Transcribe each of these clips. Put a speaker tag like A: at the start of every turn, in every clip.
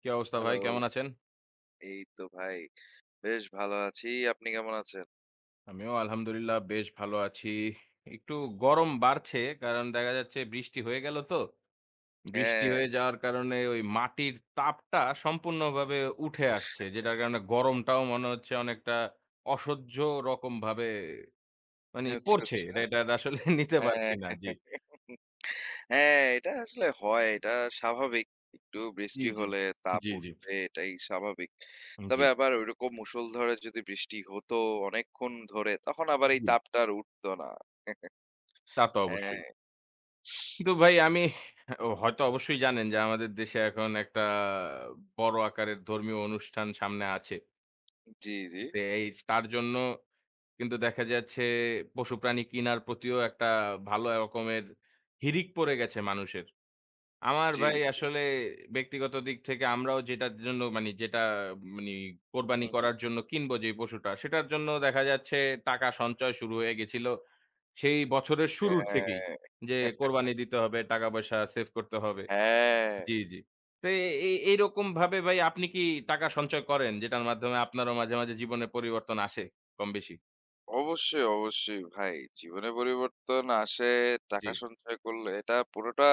A: কি অবস্থা ভাই?
B: হ্যালো,
A: কেমন আছেন?
B: এই তো ভাই বেশ ভালো আছি। আপনি কেমন আছেন?
A: আমিও আলহামদুলিল্লাহ বেশ ভালো আছি। একটু গরম বাড়ছে কারণ দেখা যাচ্ছে বৃষ্টি হয়ে গেল তো। বৃষ্টি
B: হ্যাঁ,
A: হয়ে যাওয়ার কারণে ওই মাটির তাপটা সম্পূর্ণভাবে উঠে আসছে। যেটার কারণে গরমটাও মনে হচ্ছে অনেকটা অসহ্য রকমভাবে মানে
B: আচ্ছা,
A: পড়ছে।
B: আচ্ছা।
A: এটা এটা আসলে নিতে পারছি না।
B: হ্যাঁ,
A: জি।
B: হ্যাঁ, এটা আসলে হয়। এটা স্বাভাবিক। একটু
A: জি,
B: বৃষ্টি
A: জি।
B: হলে তাপ
A: জি, জি।
B: উঠবে এটাই স্বাভাবিক।
A: জি,
B: তবে আবার ঐরকম মুষলধারে যদি বৃষ্টি হতো অনেকক্ষণ ধরে তখন আবার এই
A: জি।
B: তাপটা আর উঠতো না।
A: তা তো
B: হ্যাঁ,
A: অবশ্যই। কিন্তু ভাই আমি ও হয়তো অবশ্যই জানেন যে আমাদের দেশে এখন একটা বড় আকারের ধর্মীয় অনুষ্ঠান সামনে আছে।
B: জি, জি,
A: এই তার জন্য কিন্তু দেখা যাচ্ছে পশু প্রাণী কিনার প্রতিও একটা ভালো রকমের হিড়িক পড়ে গেছে মানুষের। আমার
B: জি,
A: ভাই
B: জি।
A: আসলে ব্যক্তিগত দিক থেকে আমরাও যেটার জন্য মানি যেটা মানি কোরবানি
B: হু, হু।
A: করার জন্য কিনবো যে পশুটা, সেটার জন্য দেখা যাচ্ছে টাকা সঞ্চয় শুরু হয়ে গেছিল সেই বছরের শুরুর
B: হ্যাঁ,
A: থেকেই। যে কোরবানি দিতে হবে, টাকা পয়সা সেভ করতে হবে।
B: হ্যাঁ।
A: জি, জি। তো এ এ এইরকমভাবে ভাই আপনি কি টাকা সঞ্চয় করেন? যেটার মাধ্যমে আপনারও মাঝে, মাঝে জীবনে পরিবর্তন আসে কম বেশি?
B: অবশ্যই, অবশ্যই ভাই। জীবনে পরিবর্তন আসে
A: জি,
B: টাকা সঞ্চয় করলে। এটা পুরোটা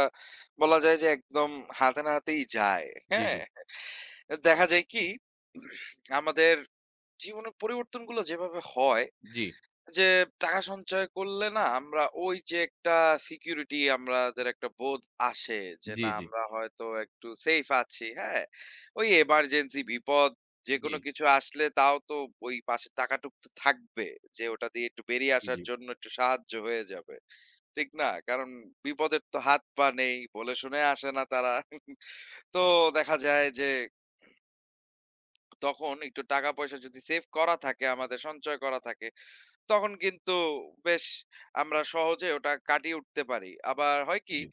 B: বলা যায় যে একদম হাতে নাতেই যায়।
A: জি,
B: হ্যাঁ?
A: জি,
B: দেখা যায় কি? আমাদের জীবনের পরিবর্তনগুলো যেভাবে হয়
A: জি,
B: যে টাকা সঞ্চয় করলে না আমরা ওই যে একটা সিকিউরিটি আমাদের একটা বোধ আসে যে
A: জি,
B: না
A: জি,
B: আমরা হয়তো একটু সেফ আছি হ্যাঁ ওই এমার্জেন্সি বিপদ যে
A: জি,
B: কোনো কিছু আসলে তাও তো ওই পাশে টাকাটুক তো থাকবে যে ওটা দিয়ে একটু বেরিয়ে
A: জি,
B: আসার
A: জি,
B: জন্য একটু সাহায্য হয়ে যাবে ঠিক না কারণ বিপদের তো হাত পা নেই বলে শুনে আসে না তারা তো দেখা যায় যে তখন একটু টাকা পয়সা যদি সেভ করা থাকে আমাদের সঞ্চয় করা থাকে তখন কিন্তু বেশ আমরা সহজে ওটা কাটিয়ে উঠতে পারি। আবার হয় কি
A: জি।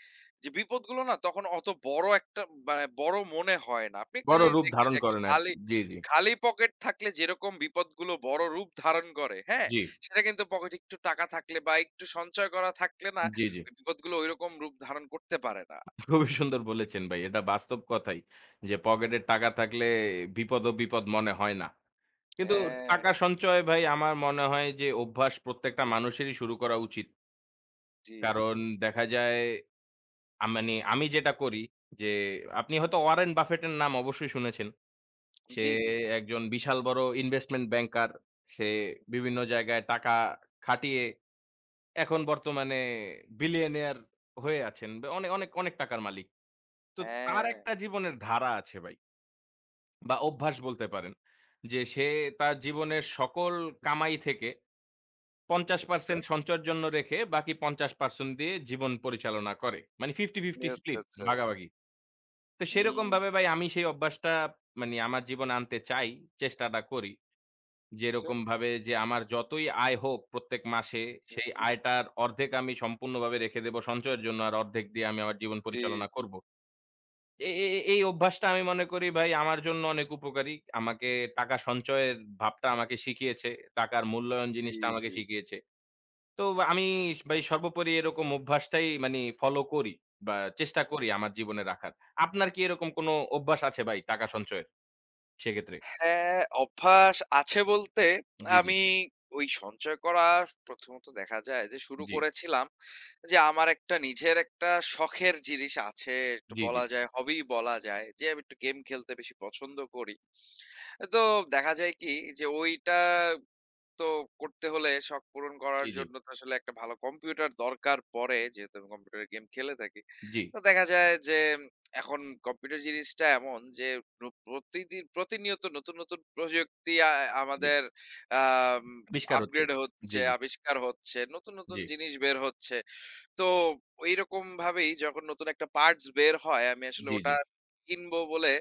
B: যে বিপদগুলো না তখন অত বড় একটা মানে বড় মনে হয় না। আপনি একটা
A: বড়
B: জিনিস
A: রূপ
B: দেখবেন
A: ধারণ
B: যে একটা
A: করেন আরকি।
B: খালি,
A: জি, জি,
B: খালি পকেট থাকলে যেরকম বিপদগুলো বড় রূপ ধারণ করে, হ্যাঁ?
A: জি,
B: সেটা কিন্তু পকেটে একটু টাকা থাকলে বা একটু সঞ্চয় করা থাকলে না
A: জি, জি।
B: ওই বিপদগুলো ঐরকম রূপ ধারণ করতে পারে না।
A: খুবই সুন্দর বলেছেন ভাই। এটা বাস্তব কথাই। যে পকেটে টাকা থাকলে বিপদও বিপদ মনে হয় না। কিন্তু
B: হ্যাঁ।
A: টাকা সঞ্চয় ভাই আমার মনে হয় যে অভ্যাস প্রত্যেকটা
B: হুম,
A: মানুষেরই শুরু করা উচিত।
B: জি, জি।
A: কারণ দেখা যায় মানে আমি যেটা করি যে আপনি হয়তো 'ওয়ারেন বাফেটের' নাম অবশ্যই শুনেছেন। সে
B: জি, জি।
A: একজন বিশাল বড় ইনভেস্টমেন্ট ব্যাংকার। সে বিভিন্ন জায়গায় টাকা খাটিয়ে এখন বর্তমানে বিলিয়নিয়ার হয়ে আছেন। অনেক, অনেক, অনেক টাকার মালিক। তো তার
B: হ্যাঁ।
A: একটা জীবনের ধারা আছে ভাই বা অভ্যাস বলতে পারেন। যে সে তার জীবনের সকল কামাই থেকে
B: আচ্ছা,
A: ৫০% সঞ্চয়ের জন্য রেখে বাকি ৫০% দিয়ে জীবন পরিচালনা করে। মানে 50-50
B: আচ্ছা,
A: স্প্লিট
B: আচ্ছা।
A: ভাগাভাগি। তো
B: হুম,
A: সেরকমভাবে ভাই আমি সেই অভ্যাসটা মানে আমার জীবনে আনতে চাই, চেষ্টাটা করি।
B: আচ্ছা।
A: যেরকমভাবে যে আমার যতই আয় হোক প্রত্যেক মাসে
B: হুম,
A: সেই
B: হুম।
A: আয়টার অর্ধেক আমি সম্পূর্ণভাবে রেখে দেব সঞ্চয়ের জন্য আর অর্ধেক দিয়ে আমি আমার জীবন
B: জি,
A: পরিচালনা
B: জি।
A: করব। এ এ এ এই অভ্যাসটা আমি মনে করি ভাই আমার জন্য অনেক উপকারী। আমাকে টাকা সঞ্চয়ের ভাবটা আমাকে শিখিয়েছে। টাকার মূল্যায়ন
B: জি,
A: জিনিসটা আমাকে
B: জি।
A: শিখিয়েছে। তো আমি ভাই সর্বোপরি এরকম অভ্যাসটাই মানি ফলো করি বা চেষ্টা
B: জি।
A: করি আমার জীবনে রাখার। আপনার কি এরকম কোনো অভ্যাস আছে ভাই টাকা সঞ্চয়ের সেক্ষেত্রে?
B: হ্যাঁ, অভ্যাস আছে বলতে
A: জি, জি,
B: আমি ওই সঞ্চয় করা প্রথমত দেখা যায় যে শুরু
A: জি,
B: করেছিলাম যে আমার একটা নিজের একটা শখের জিনিস আছে একটু
A: জি, জি,
B: বলা যায় হবি বলা যায় যে আমি একটু গেম খেলতে বেশি পছন্দ করি। তো দেখা যায় কি যে ওইটা তো করতে হলে শখ পূরণ
A: জি,
B: করার
A: জি,
B: জন্য তো আসলে একটা ভালো কম্পিউটার দরকার পড়ে। যেহেতু আমি কম্পিউটারে গেম খেলে থাকি।
A: জি,
B: তো দেখা যায় যে এখন কম্পিউটার জিনিসটা এমন যে প্রতিদিন প্রতিনিয়ত নতুন, নতুন প্রযুক্তি
A: জি।
B: আমাদের আম
A: আবিষ্কার হচ্ছে।
B: আপগ্রেড
A: জি,
B: হচ্ছে,
A: জি,
B: আবিষ্কার হচ্ছে, নতুন, নতুন
A: জি,
B: জিনিস বের হচ্ছে। তো এইরকম ভাবেই যখন নতুন একটা পার্টস বের হয় আমি আসলে
A: জি, জি,
B: ওটা কিনবো বলে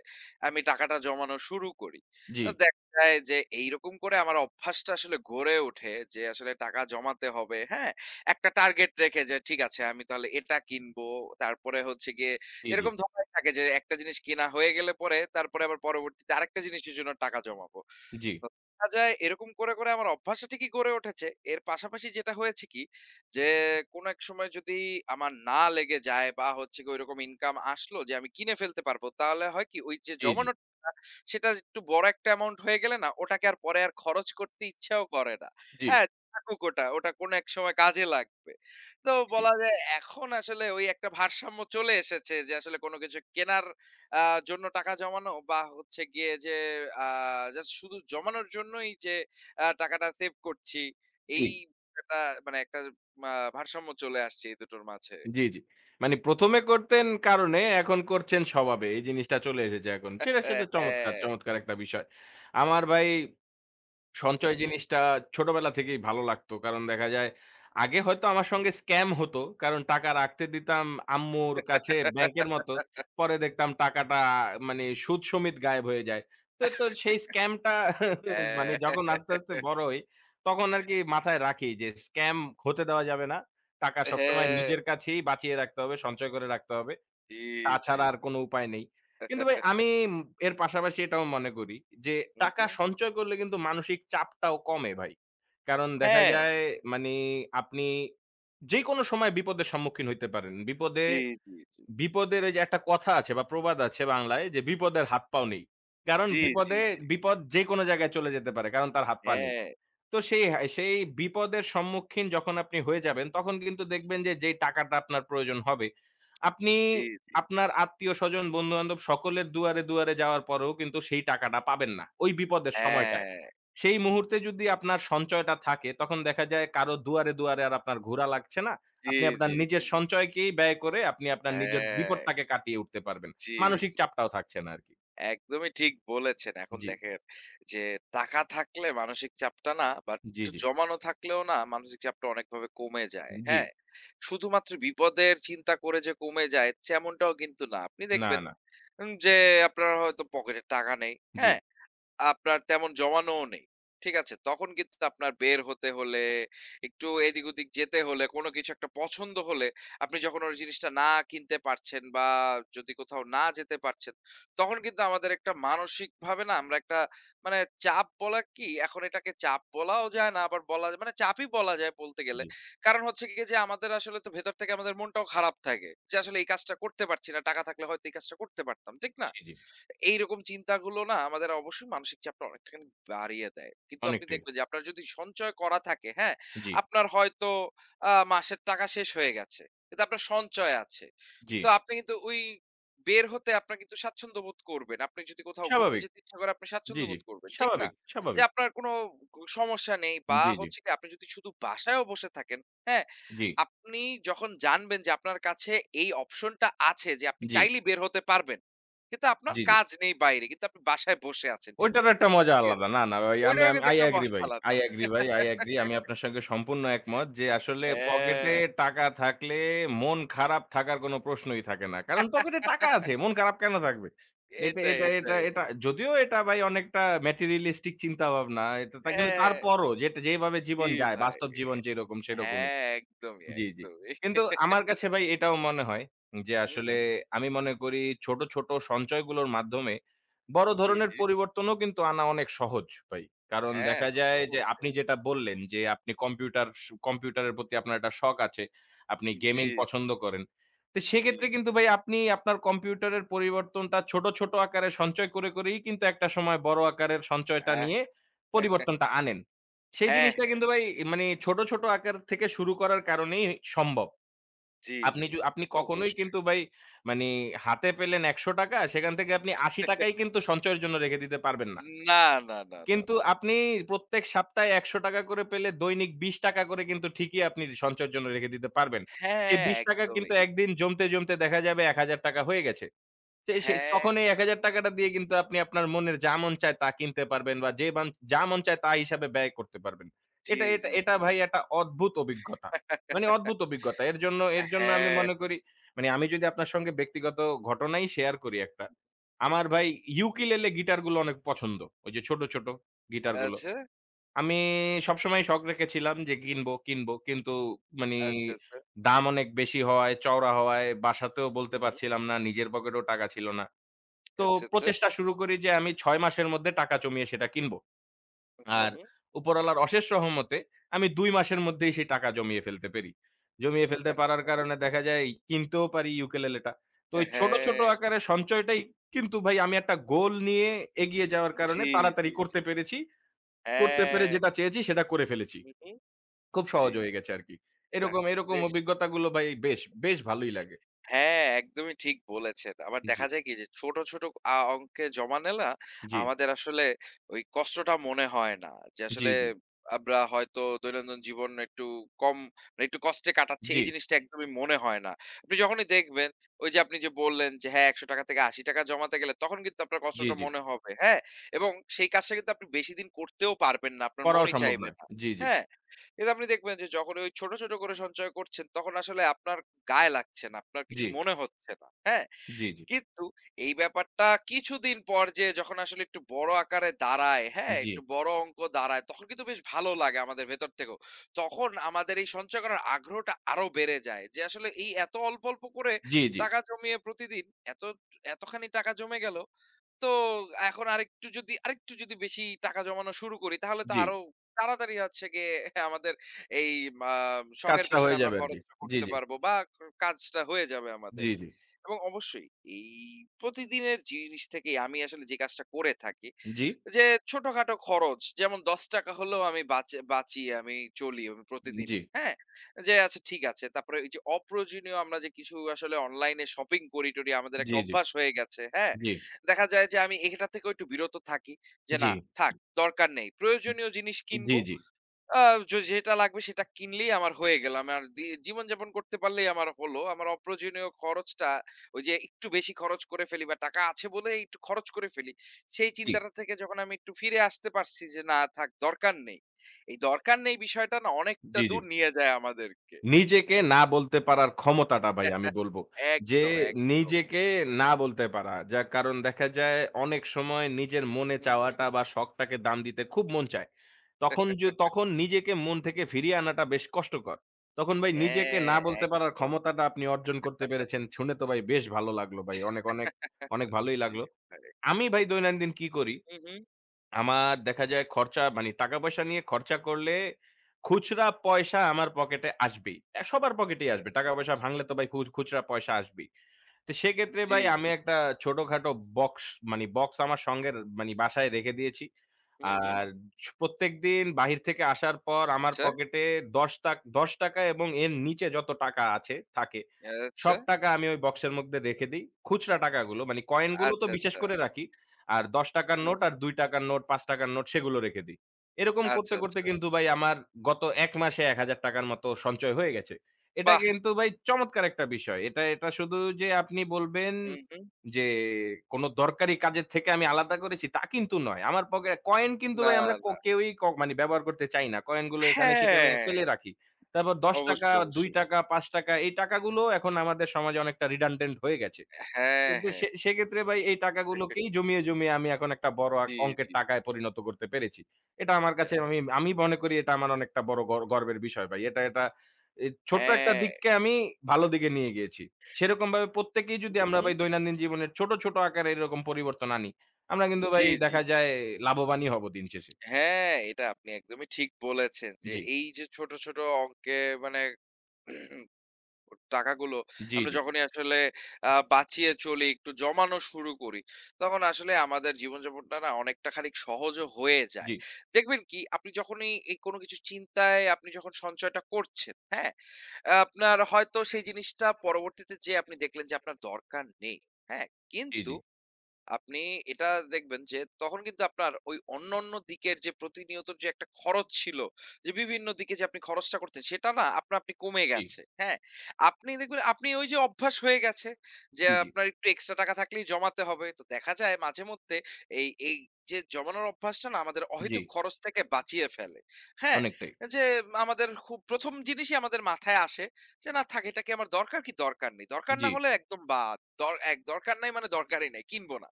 B: আমি টাকাটা জমানো শুরু করি।
A: জি,
B: দেখা যায় যে এইরকম করে আমার অভ্যাসটা আসলে গড়ে ওঠে যে আসলে টাকা জমাতে হবে, হ্যাঁ? একটা টার্গেট রেখে যে ঠিক আছে আমি তাহলে এটা কিনবো। তারপরে হচ্ছে গিয়ে
A: জি, জি,
B: এরকম ধরনের থাকে যে একটা জিনিস কেনা হয়ে গেলে পরে তারপরে আবার পরবর্তীতে আরেকটা জিনিসের জন্য টাকা জমাবো।
A: জি,
B: তো দেখা যায় এরকম করে, করে আমার অভ্যাসটা ঠিকই গড়ে উঠেছে। এর পাশাপাশি যেটা হয়েছে কি? যে কোনো এক সময় যদি আমার না লেগে যায় বা হচ্ছে গিয়ে ঐরকম ইনকাম আসলো যে আমি কিনে ফেলতে পারবো। তাহলে হয় কি? ওই যে
A: জি, জি,
B: জমানো টাকাটা সেটা একটু বড় একটা অ্যামাউন্ট হয়ে গেলে না ওটাকে আর পরে আর খরচ করতে ইচ্ছাও করে না।
A: জি,
B: হ্যাঁ, থাকুক ওটা। ওটা কোনো এক সময় কাজে লাগবে। তো
A: জি,
B: বলা যায় এখন আসলে ওই একটা ভারসাম্য চলে এসেছে যে আসলে কোনো কিছু কেনার আ জন্য টাকা জমানো বা হচ্ছে গিয়ে যে আ জাস্ট শুধু জমানোর জন্যই যে টাকাটা সেভ করছি, এই একটা মানে একটা মা ভারসাম্য চলে আসছে এই দুটোর মাঝে।
A: জি, জি। মানে ১ম এ করতেন কারণে এখন করছেন স্বভাবে। এই জিনিসটা চলে এসেছে এখন। সেটা,
B: অ্যা
A: সেটা চমৎকার,
B: হ্যাঁ।
A: চমৎকার একটা বিষয়। আমার ভাই
B: হুম,
A: সঞ্চয়
B: হুম।
A: জিনিসটা ছোটবেলা থেকেই ভালো লাগতো। কারণ দেখা যায় আগে হয়তো আমার সঙ্গে স্ক্যাম হতো। কারণ টাকা রাখতে দিতাম আম্মুর কাছে ব্যাংকের মতো। পরে দেখতাম টাকাটা মানে সুদ সমেত গায়েব হয়ে যায়। তো সেই স্ক্যামটা মানে
B: হ্যাঁ।
A: যখন আস্তে, আস্তে বড় হই তখন আরকি মাথায় রাখি যে স্ক্যাম হতে দেওয়া যাবে না। টাকা সবসময়
B: হ্যাঁ,
A: নিজের কাছেই বাঁচিয়ে রাখতে হবে, সঞ্চয় করে রাখতে হবে।
B: জি, জি।
A: তাছাড়া আর কোনো উপায় নেই। কিন্তু ভাই আমি এর পাশাপাশি এটাও মনে করি যে
B: হুম,
A: টাকা
B: হুম।
A: সঞ্চয় করলে কিন্তু মানসিক চাপটাও কমে ভাই। কারণ দেখা
B: হ্যাঁ,
A: যায় মানি আপনি যেকোনো সময় বিপদের সম্মুখীন হইতে পারেন। বিপদে
B: জি, জি, জি।
A: বিপদের ওই যে একটা কথা আছে বা প্রবাদ আছে বাংলায় যে "বিপদের হাত পাও নেই।" কারণ
B: জি, জি,
A: বিপদে
B: জি।
A: বিপদ যেকোনো জায়গায় চলে যেতে পারে। কারণ তার হাত পা নেই।
B: হ্যাঁ,
A: তো সেই হ্যাঁ, সেই বিপদের সম্মুখীন যখন আপনি হয়ে যাবেন, তখন কিন্তু দেখবেন যে, যেই টাকাটা আপনার প্রয়োজন হবে, আপনি
B: জি, জি।
A: আপনার আত্মীয়স্বজন, বন্ধু-বান্ধব সকলের দুয়ারে, দুয়ারে যাওয়ার পরেও কিন্তু সেই টাকাটা পাবেন না, ওই বিপদের সময়টায়।
B: হ্যাঁ।
A: সেই
B: হুম,
A: মুহূর্তে যদি আপনার সঞ্চয়টা থাকে, তখন দেখা যায় কারো দুয়ারে, দুয়ারে আর আপনার ঘোরা লাগছে না।
B: জি,
A: আপনি আপনার
B: জি,
A: নিজের
B: জি।
A: সঞ্চয়কেই ব্যয় করে আপনি আপনার নিজের
B: হ্যাঁ,
A: বিপদটাকে কাটিয়ে উঠতে পারবেন।
B: জি,
A: মানসিক
B: জি।
A: চাপটাও থাকছে না আরকি।
B: একদমই ঠিক বলেছেন। এখন
A: জি,
B: দেখেন যে টাকা থাকলে মানসিক চাপটা না বা
A: জি,
B: একটু
A: জি,
B: জমানো থাকলেও না মানসিক চাপটা অনেকভাবে কমে যায়।
A: জি।
B: হ্যাঁ? শুধুমাত্র বিপদের চিন্তা করে যে কমে যায় তেমনটাও কিন্তু না। আপনি
A: না,
B: দেখবেন
A: না।
B: যে আপনার হয়তো পকেটে টাকা নেই।
A: জি,
B: হ্যাঁ? আপনার তেমন জমানোও নেই। ঠিক আছে? তখন কিন্তু আপনার বের হতে হলে, একটু এদিক-ওদিক যেতে হলে, কোনো কিছু একটা পছন্দ হলে, আপনি যখন ওই জিনিসটা না কিনতে পারছেন বা যদি কোথাও না যেতে পারছেন, তখন কিন্তু আমাদের একটা মানসিকভাবে না আমরা একটা মানে চাপ বলা কি, এখন এটাকে চাপ বলাও যায় না, আবার বলা যায় মানে চাপই বলা যায় বলতে গেলে।
A: জি,
B: কারণ হচ্ছে গিয়ে যে আমাদের আসলে তো ভেতর থেকে আমাদের মনটাও খারাপ থাকে। যে আসলে এই কাজটা করতে পারছি না। টাকা থাকলে হয়তো এই কাজটা করতে পারতাম। ঠিক না?
A: জি, জি,
B: এইরকম চিন্তাগুলো না আমাদের অবশ্যই মানসিক চাপটা অনেকটাখানি বাড়িয়ে দেয়। কিন্তু আপনি
A: অনেকটাই।
B: দেখবেন যে আপনার যদি সঞ্চয় করা থাকে, হ্যাঁ?
A: জি,
B: আপনার হয়তো মাসের টাকা শেষ হয়ে গেছে। কিন্তু আপনার সঞ্চয় আছে।
A: জি।
B: তো আপনি কিন্তু ওই বের হতে আপনার কিন্তু স্বাচ্ছন্দ্য বোধ করবেন। আপনি যদি কোথাও ঘুরতে
A: স্বাভাবিক।
B: যেতে ইচ্ছা করে আপনি
A: জি,
B: স্বাচ্ছন্দ্য
A: জি।
B: বোধ করবেন। ঠিক না?
A: স্বাভাবিক,
B: যে
A: স্বাভাবিক।
B: আপনার কোনো সমস্যা নেই বা
A: জি, জি,
B: হচ্ছে কি আপনি যদি শুধু বাসায়ও বসে থাকেন, হ্যাঁ?
A: জি,
B: আপনি যখন জানবেন যে আপনার কাছে এই অপশনটা আছে যে আপনি
A: জি,
B: চাইলেই বের হতে পারবেন। কিন্তু আপনার
A: জি, জি।
B: কাজ নেই বাইরে। কিন্তু আপনি বাসায় বসে আছেন
A: ওইটার
B: ঠিকই।
A: একটা মজা
B: ঠিক আছে?
A: আলাদা। না, না ভাই আমি
B: ওইটারও
A: আমি
B: কিন্তু
A: I
B: একটা
A: agree
B: মজা
A: ভাই।
B: আলাদা।
A: I agree ভাই, I agree আমি আপনার সঙ্গে সম্পূর্ণ একমত যে আসলে পকেটে
B: হ্যাঁ,
A: টাকা থাকলে মন খারাপ থাকার কোনো প্রশ্নই থাকে না। কারণ পকেটে টাকা আছে, মন খারাপ কেন থাকবে? এটা
B: এটাই,
A: এটা এটা
B: এটাই।
A: এটা যদিও এটা ভাই অনেকটা materialistic চিন্তাভাবনা। এটা তা কিন্তু
B: হ্যাঁ,
A: তারপরও যেটা যেভাবে
B: জি
A: জীবন যায়,
B: ভাই।
A: বাস্তব জীবন যেরকম সেরকম।
B: হ্যাঁ, একদমই,
A: জি, জি।
B: একদমই।
A: কিন্তু আমার কাছে ভাই এটাও মনে হয় যে
B: হু,
A: আসলে
B: হু।
A: আমি মনে করি ছোট, ছোট সঞ্চয়গুলোর মাধ্যমে বড়
B: জি,
A: ধরনের
B: জি।
A: পরিবর্তনও কিন্তু আনা অনেক সহজ ভাই। কারণ
B: হ্যাঁ,
A: দেখা
B: তা তো
A: যায় যে আপনি
B: অবশ্যই।
A: যেটা বললেন যে আপনি কম্পিউটারের প্রতি আপনার একটা শখ আছে। আপনি
B: জি,
A: গেমিং পছন্দ করেন। তো
B: জি।
A: সেক্ষেত্রে কিন্তু ভাই আপনি আপনার কম্পিউটারের পরিবর্তনটা ছোট, ছোট আকারে সঞ্চয় করে, করেই কিন্তু একটা সময় বড় আকারের সঞ্চয়টা
B: আহ
A: নিয়ে পরিবর্তনটা আনেন। সেই
B: হ্যাঁ,
A: জিনিসটা
B: হ্যাঁ।
A: কিন্তু ভাই মানে ছোট, ছোট আকার থেকে শুরু করার কারণেই সম্ভব।
B: জি,
A: আপনি
B: জি,
A: য
B: জি। তা
A: আপনি
B: তো
A: কখনোই
B: অবশ্যই।
A: কিন্তু ভাই মানে হাতে পেলেন ৳১০০ সেখান থেকে আপনি ৳৮০ ই কিন্তু সঞ্চয়ের জন্য রেখে দিতে পারবেন না।
B: না, না, না, না,
A: কিন্তু
B: না।
A: আপনি প্রত্যেক সপ্তাহে ৳১০০ করে পেলে দৈনিক ৳২০ করে কিন্তু ঠিকই আপনি সঞ্চয়ের জন্য রেখে দিতে পারবেন। সেই
B: হ্যাঁ,
A: ৳২০
B: একদমই।
A: কিন্তু একদিন জমতে, জমতে দেখা যাবে ৳১,০০০ হয়ে গেছে। সে সে
B: হ্যাঁ,
A: তখন এই ৳১,০০০ টা দিয়ে কিন্তু আপনি আপনার মনের যা মন চায় তা কিনতে পারবেন বা যে বান যা মন চায় তা হিসাবে ব্যয় করতে পারবেন।
B: জি,
A: এটা এটা
B: জি,
A: এটা
B: জি।
A: ভাই একটা অদ্ভুত অভিজ্ঞতা। মানে অদ্ভুত অভিজ্ঞতা। এর জন্য আমি
B: হ্যাঁ।
A: মনে করি মানে আমি যদি আপনার সঙ্গে ব্যক্তিগত ঘটনাই শেয়ার করি একটা। আমার ভাই ইউকেলেলে গিটারগুলো অনেক পছন্দ। ওই যে ছোট, ছোট গিটারগুলো।
B: আচ্ছা,
A: আমি সবসময় শখ রেখেছিলাম যে কিনবো, কিনবো। কিন্তু মানে
B: আচ্ছা, আচ্ছা।
A: দাম অনেক বেশি হওয়ায়, চওড়া হওয়ায় বাসাতেও
B: হু,
A: বলতে
B: হু।
A: পারছিলাম না। নিজের পকেটেও টাকা ছিল না। তো
B: আচ্ছা, আচ্ছা।
A: প্রচেষ্টা শুরু করি যে আমি ৬ মাসের মধ্যে টাকা জমিয়ে সেটা কিনবো।
B: হু,
A: আর
B: হু।
A: উপরওয়ালার অশেষ রহমতে আমি ২ মাসের মধ্যেই সেই টাকা জমিয়ে ফেলতে পেরি। জমিয়ে ফেলতে পারার কারণে দেখা যায় কিনতেও পারি ইউকেলেলেটা। তো ওই ছোট, ছোট
B: হ্যাঁ,
A: আকারে সঞ্চয়টাই কিন্তু ভাই আমি একটা গোল নিয়ে এগিয়ে যাওয়ার কারণে
B: জি, জি,
A: তাড়াতাড়ি
B: জি।
A: করতে পেরেছি। করতে পেরে
B: হ্যাঁ,
A: যেটা চেয়েছি সেটা করে ফেলেছি।
B: হু, হু।
A: খুব সহজ
B: জি,
A: হয়ে
B: জি।
A: গেছে আরকি।
B: আহ!
A: এরকম, এরকম
B: বেশ
A: অভিজ্ঞতাগুলো ভাই বেশ, বেশ ভালোই লাগে।
B: হ্যাঁ, একদমই ঠিক বলেছেন। আবার
A: জি,
B: দেখা যায় কি যে ছোট, ছোট অঙ্কে জমা নেলা
A: জি,
B: আমাদের আসলে ওই কষ্টটা মনে হয় না। যে
A: জি,
B: আসলে
A: জি,
B: আমরা হয়তো দৈনন্দিন জীবন একটু কম মানে একটু কষ্টে কাটাচ্ছি
A: জি,
B: এই জিনিসটা একদমই মনে হয় না। আপনি যখনই দেখবেন ওই যে আপনি যে বললেন যে হ্যাঁ, ৳১০০ থেকে ৳৮০ জমাতে গেলে তখন কিন্তু আপনার
A: জি,
B: কষ্টটা
A: জি।
B: মনে হবে। হ্যাঁ? এবং সেই কাজটা কিন্তু আপনি বেশিদিন করতেও পারবেন না। আপনার
A: করাও
B: মনই
A: সম্ভব
B: চাইবে
A: নয়।
B: না।
A: জি, জি,
B: হ্যাঁ? কিন্তু আপনি দেখবেন যে যখন ওই ছোট, ছোট করে সঞ্চয় করছেন তখন আসলে আপনার গায়ে লাগছে না। আপনার
A: জি।
B: কিছু মনে হচ্ছে না। হ্যাঁ?
A: জি, জি,
B: কিন্তু এই ব্যাপারটা কিছুদিন পর যেয়ে যখন আসলে একটু বড় আকারে দাঁড়ায়, হ্যাঁ?
A: জি,
B: একটু বড় অঙ্ক দাঁড়ায় তখন কিন্তু বেশ ভালো লাগে আমাদের ভেতর থেকেও। তখন আমাদের এই সঞ্চয় করার আগ্রহটা আরো বেড়ে যায়। যে আসলে এই এত অল্প, অল্প করে
A: জি, জি,
B: টাকা জমিয়ে প্রতিদিন এত এতখানি টাকা জমে গেল তো এখন আরেকটু যদি বেশি টাকা জমানো শুরু করি তাহলে তো
A: জি।
B: আরো তাড়াতাড়ি হচ্ছে গিয়ে আমাদের এই আহ, শখের
A: কাজটা
B: পেছনে
A: হয়ে
B: আমরা
A: যাবে আরকি।
B: খরচটা
A: জি,
B: করতে
A: জি,
B: পারবো বা কাজটা হয়ে যাবে আমাদের
A: জি, জি,
B: এবং অবশ্যই এই প্রতিদিনের জিনিস থেকে আমি আসলে যে কাজটা করে থাকি
A: জি,
B: যে ছোটখাটো খরচ যেমন ৳১০ হলেও আমি বাঁচি, আমি চলি আমি
A: জি,
B: প্রতিদিনই। হ্যাঁ? যে আচ্ছা ঠিক আছে। তারপরে ওই যে অপ্রয়োজনীয় আমরা যে কিছু আসলে অনলাইনে শপিং করি-টরি আমাদের একটা
A: জি, জি,
B: অভ্যাস হয়ে গেছে। হ্যাঁ?
A: জি,
B: দেখা যায় যে আমি এটা থেকেও একটু বিরত থাকি। যে
A: জি,
B: না থাক দরকার নেই। প্রয়োজনীয় জিনিস কিনব।
A: জি, জি,
B: আ য যেটা লাগবে সেটা কিনলেই আমার হয়ে গেলাম। আর জীবনযাপন করতে পারলেই আমার হলো। আমার অপ্রয়োজনীয় খরচটা ওই যে একটু বেশি খরচ করে ফেলি বা টাকা আছে বলে একটু খরচ করে ফেলি। সেই
A: জি,
B: চিন্তাটা থেকে যখন আমি একটু ফিরে আসতে পারছি যে না থাক দরকার নেই। এই দরকার নেই বিষয়টা না অনেকটা
A: জি, জি।
B: দূর নিয়ে যায় আমাদেরকে।
A: নিজেকে না বলতে পারার ক্ষমতাটা ভাই আমি বলব। যে
B: একদম, একদম।
A: নিজেকে না বলতে পারা। যার কারণ দেখা যায় অনেক সময় নিজের মনে
B: হুম, হুম।
A: চাওয়াটা বা শখটাকে দাম দিতে খুব মন চায়। তখন নিজেকে মন থেকে ফিরিয়ে আনাটা বেশ কষ্টকর। তখন ভাই নিজেকে
B: হ্যাঁ,
A: না বলতে পারার
B: একদম।
A: ক্ষমতাটা আপনি অর্জন করতে পেরেছেন। শুনে তো ভাই বেশ ভালো লাগলো ভাই। অনেক, অনেক, অনেক ভালোই
B: জি
A: লাগলো।
B: ভাই।
A: আমি ভাই দৈনন্দিন কি করি?
B: হুম, হুম।
A: আমার দেখা যায় খরচা মানে টাকা-পয়সা নিয়ে খরচা করলে খুচরা পয়সা আমার পকেটে আসবেই। সবার পকেটেই আসবে।
B: আচ্ছা,
A: টাকা-পয়সা
B: আচ্ছা।
A: ভাঙলে তো ভাই খুচরা পয়সা আসবেই। তো সেক্ষেত্রে
B: জি,
A: ভাই আমি
B: জি।
A: একটা ছোটখাটো বক্স মানে বক্স আমার সঙ্গে মানে বাসায় রেখে দিয়েছি।
B: হুম, হুম।
A: আর প্রত্যেকদিন বাহির থেকে আসার পর আমার
B: আচ্ছা,
A: পকেটে ৳১০ ৳১০ এবং এর নিচে যত টাকা আছে থাকে,
B: আচ্ছা,
A: সব টাকা আমি ওই বক্সের মধ্যে রেখে দেই। খুচরা টাকাগুলো মানে কয়েনগুলো তো
B: আচ্ছা,
A: বিশেষ
B: আচ্ছা।
A: করে রাখি। আর ৳১০ র
B: হুম,
A: নোট আর
B: হুম।
A: ৳২ র নোট, ৳৫ র নোট সেগুলো রেখে দিই। এরকম করতে,
B: আচ্ছা,
A: করতে
B: আচ্ছা।
A: কিন্তু ভাই আমার গত ১ মাসে ৳১,০০০ মতো সঞ্চয় হয়ে গেছে। এটা
B: বাহ!
A: কিন্তু ভাই চমৎকার একটা বিষয়। এটা এটা শুধু যে আপনি বলবেন
B: হুম, হুম।
A: যে কোনো দরকারি কাজের থেকে আমি আলাদা করেছি তা কিন্তু নয়। আমার কয়েন কিন্তু
B: না,
A: ভাই আমরা ক
B: না।
A: কেউই ক মানে ব্যবহার করতে চাই না। কয়েন গুলো এখানে-সেখানে
B: হ্যাঁ,
A: ফেলে রাখি। তারপর ৳১০,
B: অবশ্যই, অবশ্যই।
A: ৳২, ৳৫ এই টাকাগুলো এখন আমাদের সমাজে অনেকটা রিডান্ডেন্ট হয়ে গেছে।
B: হ্যাঁ,
A: কিন্তু
B: হ্যাঁ।
A: সেক্ষেত্রে ভাই এই টাকাগুলোকেই জমিয়ে, জমিয়ে আমি এখন একটা বড়
B: জি,
A: অঙ্কের
B: জি।
A: টাকায় পরিণত করতে পেরেছি। এটা আমার
B: যা
A: কাছে আমি আমি মনে করি এটা আমার অনেকটা বড় গর্বের বিষয় ভাই। এটা এটা এ ছোট্ট একটা
B: হ্যাঁ।
A: দিককে আমি ভালো দিকে নিয়ে গিয়েছি। সেরকমভাবে প্রত্যেকেই যদি
B: হুম,
A: আমরা
B: হুম।
A: ভাই দৈনন্দিন জীবনের ছোট, ছোট আকারে এরকম পরিবর্তন আনি, আমরা কিন্তু ভাই
B: জি, জি।
A: দেখা যায় লাভবানই হব দিন শেষে।
B: হ্যাঁ, এটা আপনি একদমই ঠিক বলেছেন যে,
A: জি,
B: এই যে ছোট, ছোট অঙ্কে মানে টাকাগুলো
A: জি,
B: আমরা
A: জি,
B: যখনই আসলে বাঁচিয়ে চলি, একটু জমানো শুরু করি, তখন আসলে আমাদের জীবনযাপনটা না অনেকটা খানিক সহজও হয়ে
A: জি,
B: যায়। দেখবেন কি আপনি যখনই এই কোনো কিছু চিন্তায় আপনি যখন সঞ্চয়টা করছেন, হ্যাঁ? আপনার হয়তো সেই জিনিসটা পরবর্তীতে যেয়ে আপনি দেখলেন যে আপনার দরকার নেই, হ্যাঁ?
A: জি, জি,
B: কিন্তু আপনি এটা দেখবেন যে তখন কিন্তু আপনার ওই অন্যান্য দিকের যে প্রতিনিয়ত যে একটা খরচ ছিল, যে বিভিন্ন দিকে যে আপনি খরচটা করতেন সেটা না আপনা আপনি কমে
A: জি।
B: গেছে। হ্যাঁ? আপনি দেখবেন আপনি ওই যে অভ্যাস হয়ে গেছে যে
A: জি, জি,
B: আপনার একটু এক্সট্রা টাকা থাকলেই জমাতে হবে। তো দেখা যায় মাঝেমধ্যে এই যে জমানোর অভ্যাসটা না আমাদের
A: জি,
B: অহেতুক খরচ থেকে বাঁচিয়ে ফেলে। হ্যাঁ?
A: অনেকটাই।
B: যে আমাদের খুব ১ম জিনিসই আমাদের মাথায় আসে যে না থাক এটা কি আমার দরকার কি? দরকার নেই। দরকার
A: জি,
B: না হলে একদম বাদ। দর এক দরকার নাই মানে দরকারই নাই। কিনব না।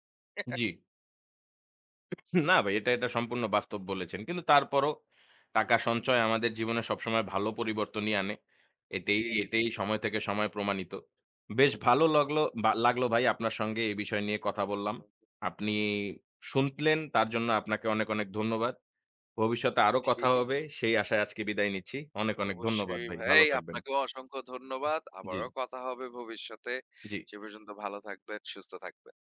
A: জি। না ভাই, এটা সম্পূর্ণ বাস্তব বলেছেন। কিন্তু তারপরও টাকা
B: হুম,
A: সঞ্চয়
B: হুম।
A: আমাদের জীবনে সবসময় ভালো পরিবর্তনই আনে। এটাই,
B: জি, জি।
A: এটাই সময় থেকে সময় প্রমাণিত। বেশ ভালো লাগলো বা লাগলো ভাই আপনার সঙ্গে এই বিষয় নিয়ে কথা বললাম। আপনি শুনলেন তার জন্য আপনাকে অনেক, অনেক ধন্যবাদ। ভবিষ্যতে আরো
B: জি,
A: কথা হবে সেই আশায় আজকে বিদায় নিচ্ছি। অনেক, অনেক ধন্যবাদ
B: অবশ্যই
A: ভাই। ভালো
B: ভাই।
A: থাকবেন।
B: আপনাকেও অসংখ্য ধন্যবাদ।
A: জি,
B: আবারও কথা হবে ভবিষ্যতে।
A: জি।
B: সে পর্যন্ত ভালো থাকবেন, সুস্থ থাকবেন।